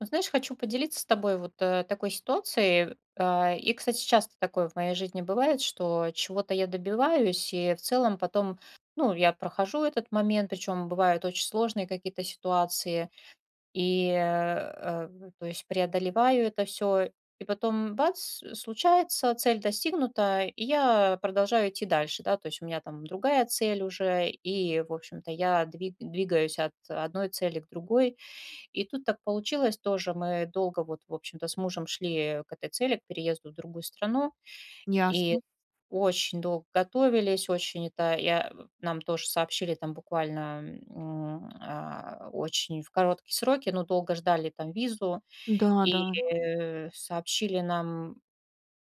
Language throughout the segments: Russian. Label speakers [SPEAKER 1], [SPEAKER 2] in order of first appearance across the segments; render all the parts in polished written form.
[SPEAKER 1] Ну, знаешь, хочу поделиться с тобой вот такой ситуацией. И, кстати, часто такое в моей жизни бывает, что чего-то я добиваюсь, и в целом потом, ну, я прохожу этот момент, причем бывают очень сложные какие-то ситуации, и, э, э, то есть, преодолеваю это все, и потом, бац, случается, цель достигнута, и я продолжаю идти дальше, да, то есть у меня там другая цель уже, и, в общем-то, я двигаюсь от одной цели к другой, и тут так получилось тоже. Мы долго вот, в общем-то, с мужем шли к этой цели, к переезду в другую страну. И
[SPEAKER 2] Ясно.
[SPEAKER 1] очень долго готовились, очень это я, нам тоже сообщили там буквально очень в короткие сроки, но долго ждали там визу
[SPEAKER 2] Да,
[SPEAKER 1] и
[SPEAKER 2] да.
[SPEAKER 1] сообщили нам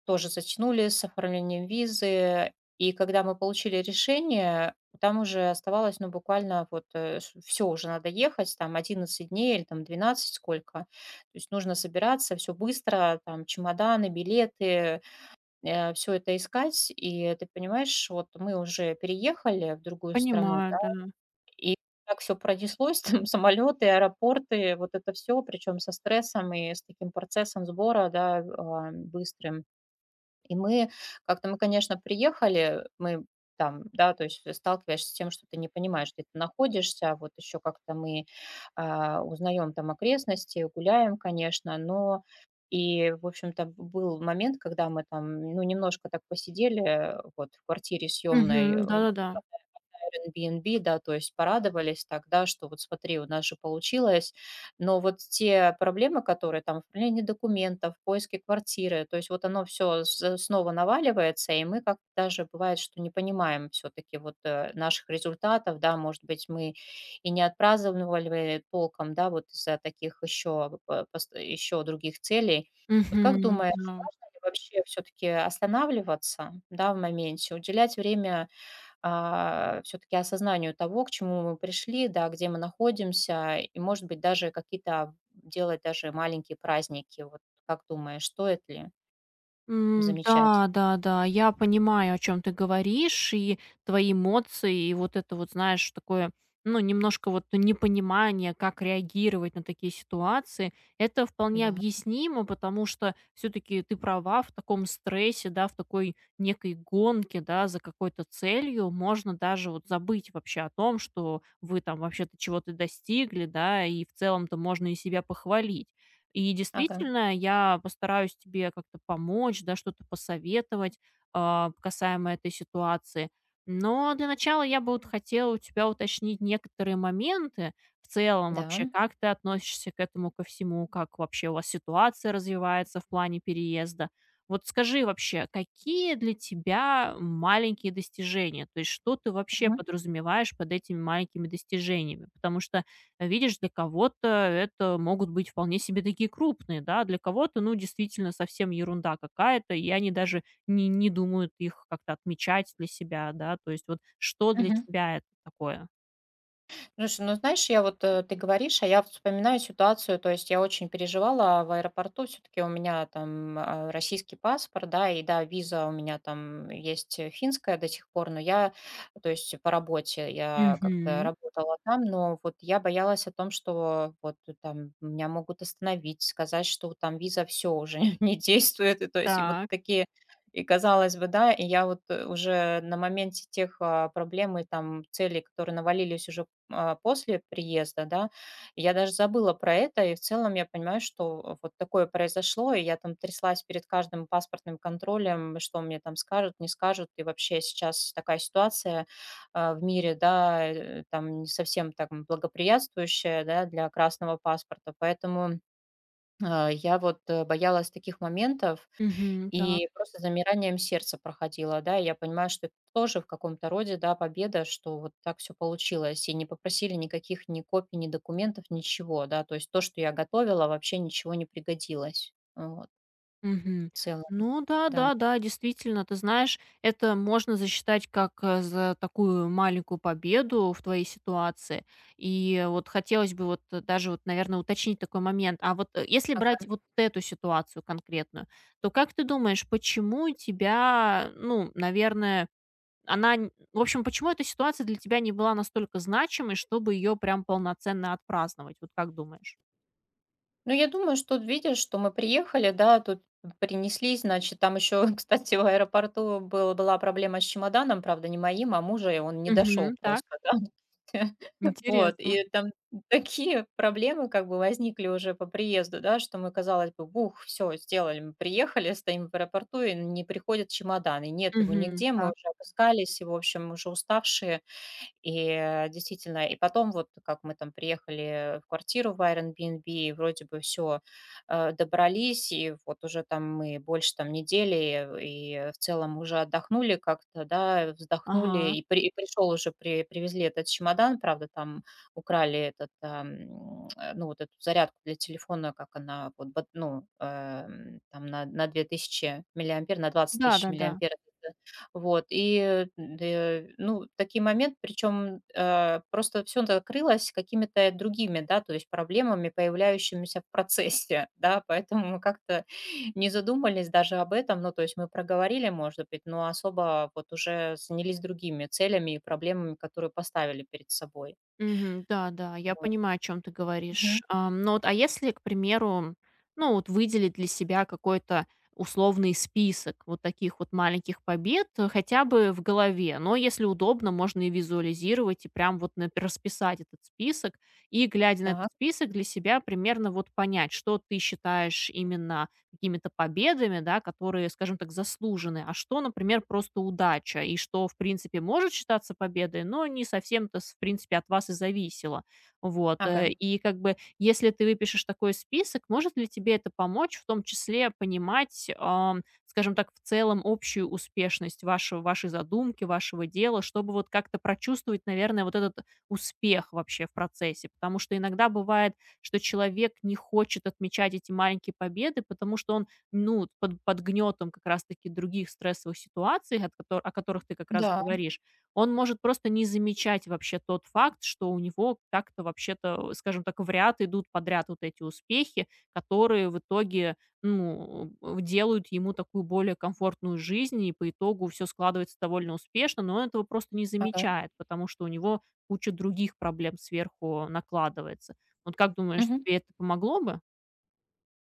[SPEAKER 1] тоже затянули с оформлением визы. И когда мы получили решение, там уже оставалось, ну, буквально вот все, уже надо ехать, там 11 дней или там 12 сколько. То есть нужно собираться, все быстро, там чемоданы, билеты, все это искать. И ты понимаешь, вот мы уже переехали в другую страну,
[SPEAKER 2] Понимаю,
[SPEAKER 1] да,
[SPEAKER 2] да.
[SPEAKER 1] и так все пронеслось, там самолеты, аэропорты, вот это все, причем со стрессом и с таким процессом сбора, да, быстрым. И мы конечно, приехали, мы там, да, то есть сталкиваешься с тем, что ты не понимаешь, где ты находишься, а вот еще как-то мы узнаем там окрестности, гуляем, конечно, но и, в общем-то, был момент, когда мы там, ну, немножко так посидели, вот, в квартире
[SPEAKER 2] Угу.
[SPEAKER 1] съемной,
[SPEAKER 2] Да-да-да.
[SPEAKER 1] Airbnb, да, то есть порадовались тогда, что вот смотри, у нас же получилось. Но вот те проблемы, которые там оформление документов, поиски квартиры, то есть вот оно все снова наваливается, и мы как даже бывает, что не понимаем все-таки вот наших результатов, да, может быть, мы и не отпраздновали толком, да, вот из-за таких еще, других целей. Вот как
[SPEAKER 2] Угу.
[SPEAKER 1] думаешь,
[SPEAKER 2] Да.
[SPEAKER 1] важно ли вообще все-таки останавливаться, да, в моменте, уделять время все-таки осознанию того, к чему мы пришли, да, где мы находимся, и, может быть, даже какие-то делать даже маленькие праздники. Вот как думаешь, стоит ли замечать?
[SPEAKER 2] Да, да, да, я понимаю, о чем ты говоришь, и твои эмоции, и вот это вот, знаешь, такое, ну, немножко вот непонимание, как реагировать на такие ситуации. Это вполне
[SPEAKER 1] Да,
[SPEAKER 2] объяснимо, потому что все таки ты права, в таком стрессе, да, в такой некой гонке, да, за какой-то целью можно даже вот забыть вообще о том, что вы там вообще-то чего-то достигли, да, и в целом-то можно и себя похвалить. И
[SPEAKER 1] ага,
[SPEAKER 2] действительно, я постараюсь тебе как-то помочь, да, что-то посоветовать, касаемо этой ситуации. Но для начала я бы вот хотела у тебя уточнить некоторые моменты в целом вообще,
[SPEAKER 1] да.
[SPEAKER 2] как ты относишься к этому ко всему, как вообще у вас ситуация развивается в плане переезда. Вот скажи вообще, какие для тебя маленькие достижения? То есть что ты вообще
[SPEAKER 1] Мгм.
[SPEAKER 2] подразумеваешь под этими маленькими достижениями? Потому что видишь, для кого-то это могут быть вполне себе такие крупные, да, для кого-то, ну, действительно, совсем ерунда какая-то, и они даже не думают их как-то отмечать для себя, да, то есть вот что для
[SPEAKER 1] Мгм.
[SPEAKER 2] тебя это такое?
[SPEAKER 1] Слушай, ну знаешь, я вот, ты говоришь, а я вот вспоминаю ситуацию, то есть я очень переживала в аэропорту, все-таки у меня там российский паспорт, да, и да, виза у меня там есть финская до сих пор, но я, то есть по работе я как-то
[SPEAKER 2] Мгм.
[SPEAKER 1] работала там, но вот я боялась о том, что вот там меня могут остановить, сказать, что там виза все уже не действует, и то есть и вот
[SPEAKER 2] Так.
[SPEAKER 1] такие и казалось бы, да, и я вот уже на моменте тех проблем и там целей, которые навалились уже после приезда, да. Я даже забыла про это, и в целом я понимаю, что вот такое произошло, и я там тряслась перед каждым паспортным контролем, что мне там скажут, не скажут, и вообще сейчас такая ситуация в мире, да, там не совсем так благоприятствующая, да, для красного паспорта, поэтому я вот боялась таких моментов,
[SPEAKER 2] Мгм. Так.
[SPEAKER 1] и просто замиранием сердца проходила, да. И я понимаю, что это тоже в каком-то роде, да, победа, что вот так все получилось. И не попросили никаких ни копий, ни документов, ничего, да. То есть то, что я готовила, вообще ничего не пригодилось. Вот,
[SPEAKER 2] Мгм.
[SPEAKER 1] в целом,
[SPEAKER 2] Ну да,
[SPEAKER 1] да.
[SPEAKER 2] да, да, действительно, ты знаешь, это можно засчитать как за такую маленькую победу в твоей ситуации. И вот хотелось бы вот даже вот, наверное, уточнить такой момент. А вот если брать
[SPEAKER 1] Ага.
[SPEAKER 2] вот эту ситуацию конкретную, то как ты думаешь, почему тебя, ну, наверное, она, в общем, почему эта ситуация для тебя не была настолько значимой, чтобы ее прям полноценно отпраздновать? Вот как думаешь?
[SPEAKER 1] Ну, я думаю, что тут видишь, что мы приехали, да, тут принесли, значит, там еще, кстати, в аэропорту была проблема с чемоданом, правда, не моим, а мужа, и он не
[SPEAKER 2] Угу,
[SPEAKER 1] дошел
[SPEAKER 2] так,
[SPEAKER 1] просто. Вот,
[SPEAKER 2] интересно.
[SPEAKER 1] и там такие проблемы как бы возникли уже по приезду, да, что мы, казалось бы, бух, все, сделали, мы приехали, стоим в аэропорту, и не приходит чемодан, и нет его
[SPEAKER 2] Угу,
[SPEAKER 1] нигде, мы
[SPEAKER 2] так,
[SPEAKER 1] уже опускались, и, в общем, уже уставшие, действительно, и потом вот как мы там приехали в квартиру в Airbnb, и вроде бы все добрались, и вот уже там мы больше там недели, и в целом уже отдохнули как-то, да, вздохнули,
[SPEAKER 2] ага.
[SPEAKER 1] и при и пришёл уже, при привезли этот чемодан, правда, там украли этот, ну, вот эту зарядку для телефона, как она, вот бат ну, там на 2000 миллиампер, на двадцать тысяч
[SPEAKER 2] Да-да-да.
[SPEAKER 1] миллиампер. Вот, и, д ну, такие моменты, причем, просто всё накрылось какими-то другими, да, то есть проблемами, появляющимися в процессе, да, поэтому мы как-то не задумались даже об этом. Ну, то есть мы проговорили, может быть, но особо вот уже занялись другими целями и проблемами, которые поставили перед собой.
[SPEAKER 2] Мгм. Да-да, я
[SPEAKER 1] Вот.
[SPEAKER 2] понимаю, о чем ты
[SPEAKER 1] Мгм.
[SPEAKER 2] говоришь. Но вот, а если, к примеру, ну, вот выделить для себя какой-то условный список вот таких вот маленьких побед, хотя бы в голове. Но если удобно, можно и визуализировать, и прям вот нап расписать этот список. И, глядя на этот
[SPEAKER 1] Так.
[SPEAKER 2] список, для себя примерно вот понять, что ты считаешь именно какими-то победами, да, которые, скажем так, заслужены, а что, например, просто удача, и что, в принципе, может считаться победой, но не совсем-то, в принципе, от вас и зависело. Вот. э,
[SPEAKER 1] Ага.
[SPEAKER 2] И как бы, если ты выпишешь такой список, может ли тебе это помочь, в том числе понимать, скажем так, в целом общую успешность вашей задумки, вашего дела, чтобы вот как-то прочувствовать, наверное, вот этот успех вообще в процессе, потому что иногда бывает, что человек не хочет отмечать эти маленькие победы, потому что он, ну, под гнетом как раз-таки других стрессовых ситуаций, от о которых ты как раз
[SPEAKER 1] Да.
[SPEAKER 2] говоришь, он может просто не замечать вообще тот факт, что у него так-то вообще-то, скажем так, в ряд идут подряд вот эти успехи, которые в итоге, ну, делают ему такую более комфортную жизнь, и по итогу все складывается довольно успешно, но он этого просто не
[SPEAKER 1] Ага.
[SPEAKER 2] замечает, потому что у него куча других проблем сверху накладывается. Вот как думаешь,
[SPEAKER 1] Мгм.
[SPEAKER 2] тебе это помогло бы?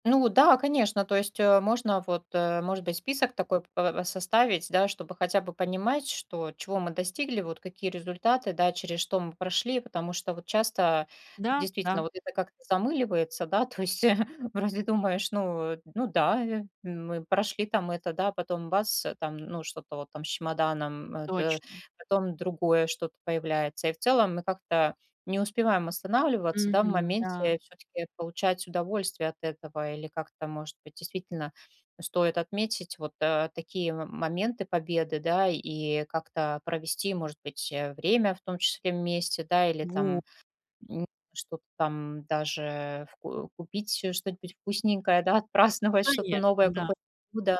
[SPEAKER 1] Ну да, конечно, то есть, можно вот, может быть, список такой п составить, да, чтобы хотя бы понимать, что чего мы достигли, вот какие результаты, да, через что мы прошли, потому что вот часто
[SPEAKER 2] Да, да,
[SPEAKER 1] действительно вот это как-то замыливается, да, то есть вроде думаешь, ну, ну да, мы прошли там это, да, потом бац, там, ну, что-то вот там с чемоданом, э, т
[SPEAKER 2] точно.
[SPEAKER 1] потом другое что-то появляется. И в целом мы как-то не успеваем останавливаться, да, в
[SPEAKER 2] Мгм, да.
[SPEAKER 1] моменте, все таки получать удовольствие от этого или как-то, может быть, действительно стоит отметить вот, такие моменты победы, да, и как-то провести, может быть, время в том числе вместе, да, или там
[SPEAKER 2] Вот,
[SPEAKER 1] М, что-то там даже вку купить, что-нибудь вкусненькое, да, отпраздновать что-то
[SPEAKER 2] конечно,
[SPEAKER 1] новое,
[SPEAKER 2] да.
[SPEAKER 1] какое-то блюдо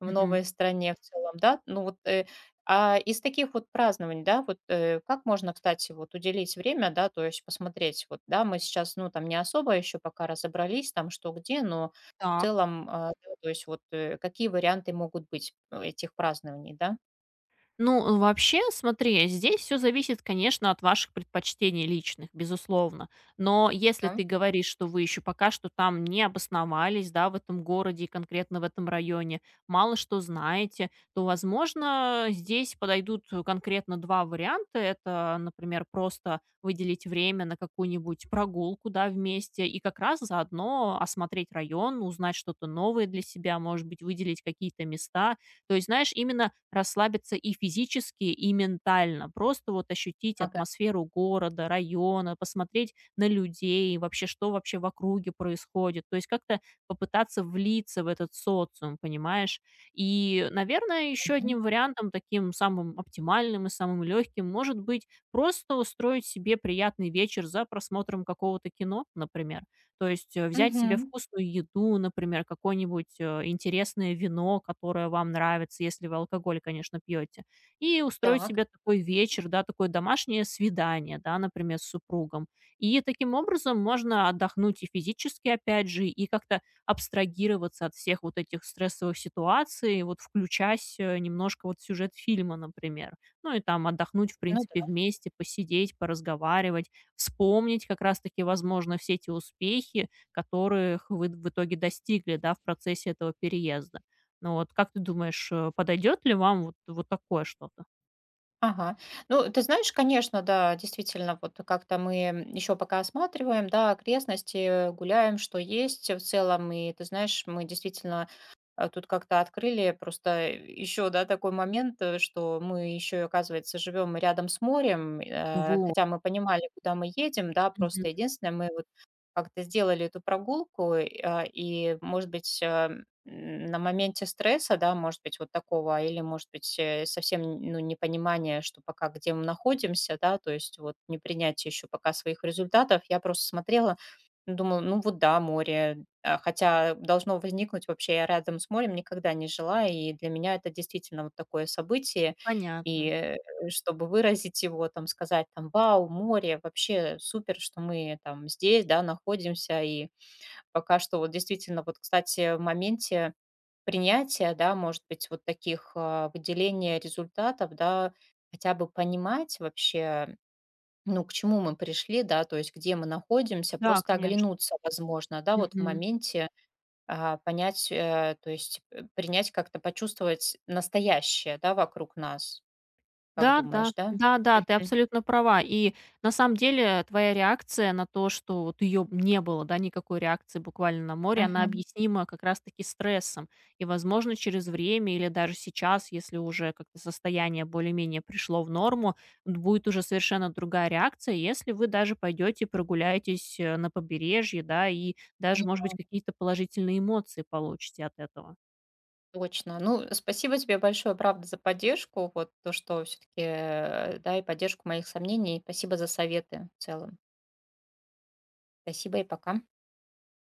[SPEAKER 1] в
[SPEAKER 2] Мгм.
[SPEAKER 1] новой стране в целом, да. Ну вот, а из таких вот празднований, да, вот, как можно, кстати, вот уделить время, да, то есть посмотреть, вот, да, мы сейчас, ну, там не особо еще пока разобрались, там, что где, но в
[SPEAKER 2] Так.
[SPEAKER 1] целом, да, то есть вот, какие варианты могут быть, этих празднований, да?
[SPEAKER 2] Ну, вообще, смотри, здесь все зависит, конечно, от ваших предпочтений личных, безусловно. Но если
[SPEAKER 1] Ага.
[SPEAKER 2] ты говоришь, что вы еще пока что там не обосновались, да, в этом городе и конкретно в этом районе, мало что знаете, то, возможно, здесь подойдут конкретно 2 варианта. Это, например, просто выделить время на какую-нибудь прогулку, да, вместе и как раз заодно осмотреть район, узнать что-то новое для себя, может быть, выделить какие-то места, то есть, знаешь, именно расслабиться и физически, и ментально. Просто вот ощутить
[SPEAKER 1] Ага.
[SPEAKER 2] атмосферу города, района, посмотреть на людей, вообще, что вообще в округе происходит. То есть как-то попытаться влиться в этот социум, понимаешь? И, наверное, еще
[SPEAKER 1] Мгм.
[SPEAKER 2] одним вариантом, таким самым оптимальным и самым легким, может быть просто устроить себе приятный вечер за просмотром какого-то кино, например. То есть, взять себе
[SPEAKER 1] Мгм.
[SPEAKER 2] вкусную еду, например, какое-нибудь, интересное вино, которое вам нравится, если вы алкоголь, конечно, пьете, и устроить
[SPEAKER 1] Так.
[SPEAKER 2] себе такой вечер, да, такое домашнее свидание, да, например, с супругом. И таким образом можно отдохнуть и физически, опять же, и как-то абстрагироваться от всех вот этих стрессовых ситуаций, вот включась, немножко вот в сюжет фильма, например. Ну и там отдохнуть, в
[SPEAKER 1] Ну
[SPEAKER 2] принципе,
[SPEAKER 1] да.
[SPEAKER 2] вместе, посидеть, поразговаривать, вспомнить как раз-таки, возможно, все те успехи, которых вы в итоге достигли, да, в процессе этого переезда. Ну вот, как ты думаешь, подойдет ли вам вот вот такое что-то?
[SPEAKER 1] Ага. Ну, ты знаешь, конечно, да, действительно, вот как-то мы еще пока осматриваем, да, окрестности, гуляем, что есть в целом, и ты знаешь, мы действительно тут как-то открыли просто еще, да, такой момент, что мы еще, оказывается, живем рядом с морем,
[SPEAKER 2] Вот.
[SPEAKER 1] хотя мы понимали, куда мы едем, да, просто
[SPEAKER 2] Мгм.
[SPEAKER 1] единственное, мы вот как-то сделали эту прогулку, и, может быть, на моменте стресса, да, может быть, вот такого, или, может быть, совсем, ну, непонимание, что пока где мы находимся, да, то есть вот непринятие еще пока своих результатов, я просто смотрела, ну, думала, ну вот да, море. Хотя должно возникнуть вообще, я рядом с морем никогда не жила, и для меня это действительно вот такое событие. И,
[SPEAKER 2] Понятно.
[SPEAKER 1] э, чтобы выразить его, там, сказать, там: «Вау, море, вообще супер, что мы там здесь, да, находимся». И пока что вот действительно, вот, кстати, в моменте принятия, да, может быть, вот таких, выделения результатов, да, хотя бы понимать вообще, ну, к чему мы пришли, да, то есть где мы находимся,
[SPEAKER 2] Да,
[SPEAKER 1] просто
[SPEAKER 2] конечно.
[SPEAKER 1] оглянуться, возможно, да, вот в
[SPEAKER 2] Мгм.
[SPEAKER 1] моменте понять, то есть принять, как-то почувствовать настоящее, да, вокруг нас, как
[SPEAKER 2] Да, да,
[SPEAKER 1] думаешь, да?
[SPEAKER 2] да, да, ты
[SPEAKER 1] Мгм.
[SPEAKER 2] абсолютно права. И на самом деле твоя реакция на то, что вот ее не было, да, никакой реакции буквально на море, она
[SPEAKER 1] Мгм.
[SPEAKER 2] объяснима как раз-таки стрессом. И, возможно, через время или даже сейчас, если уже как-то состояние более-менее пришло в норму, будет уже совершенно другая реакция, если вы даже пойдете прогуляетесь на побережье, да, и даже,
[SPEAKER 1] Ну
[SPEAKER 2] может быть,
[SPEAKER 1] да,
[SPEAKER 2] какие-то положительные эмоции получите от этого.
[SPEAKER 1] точно. Ну, спасибо тебе большое, правда, за поддержку, вот то, что все-таки, да, и поддержку моих сомнений. Спасибо за советы в целом. Спасибо и пока.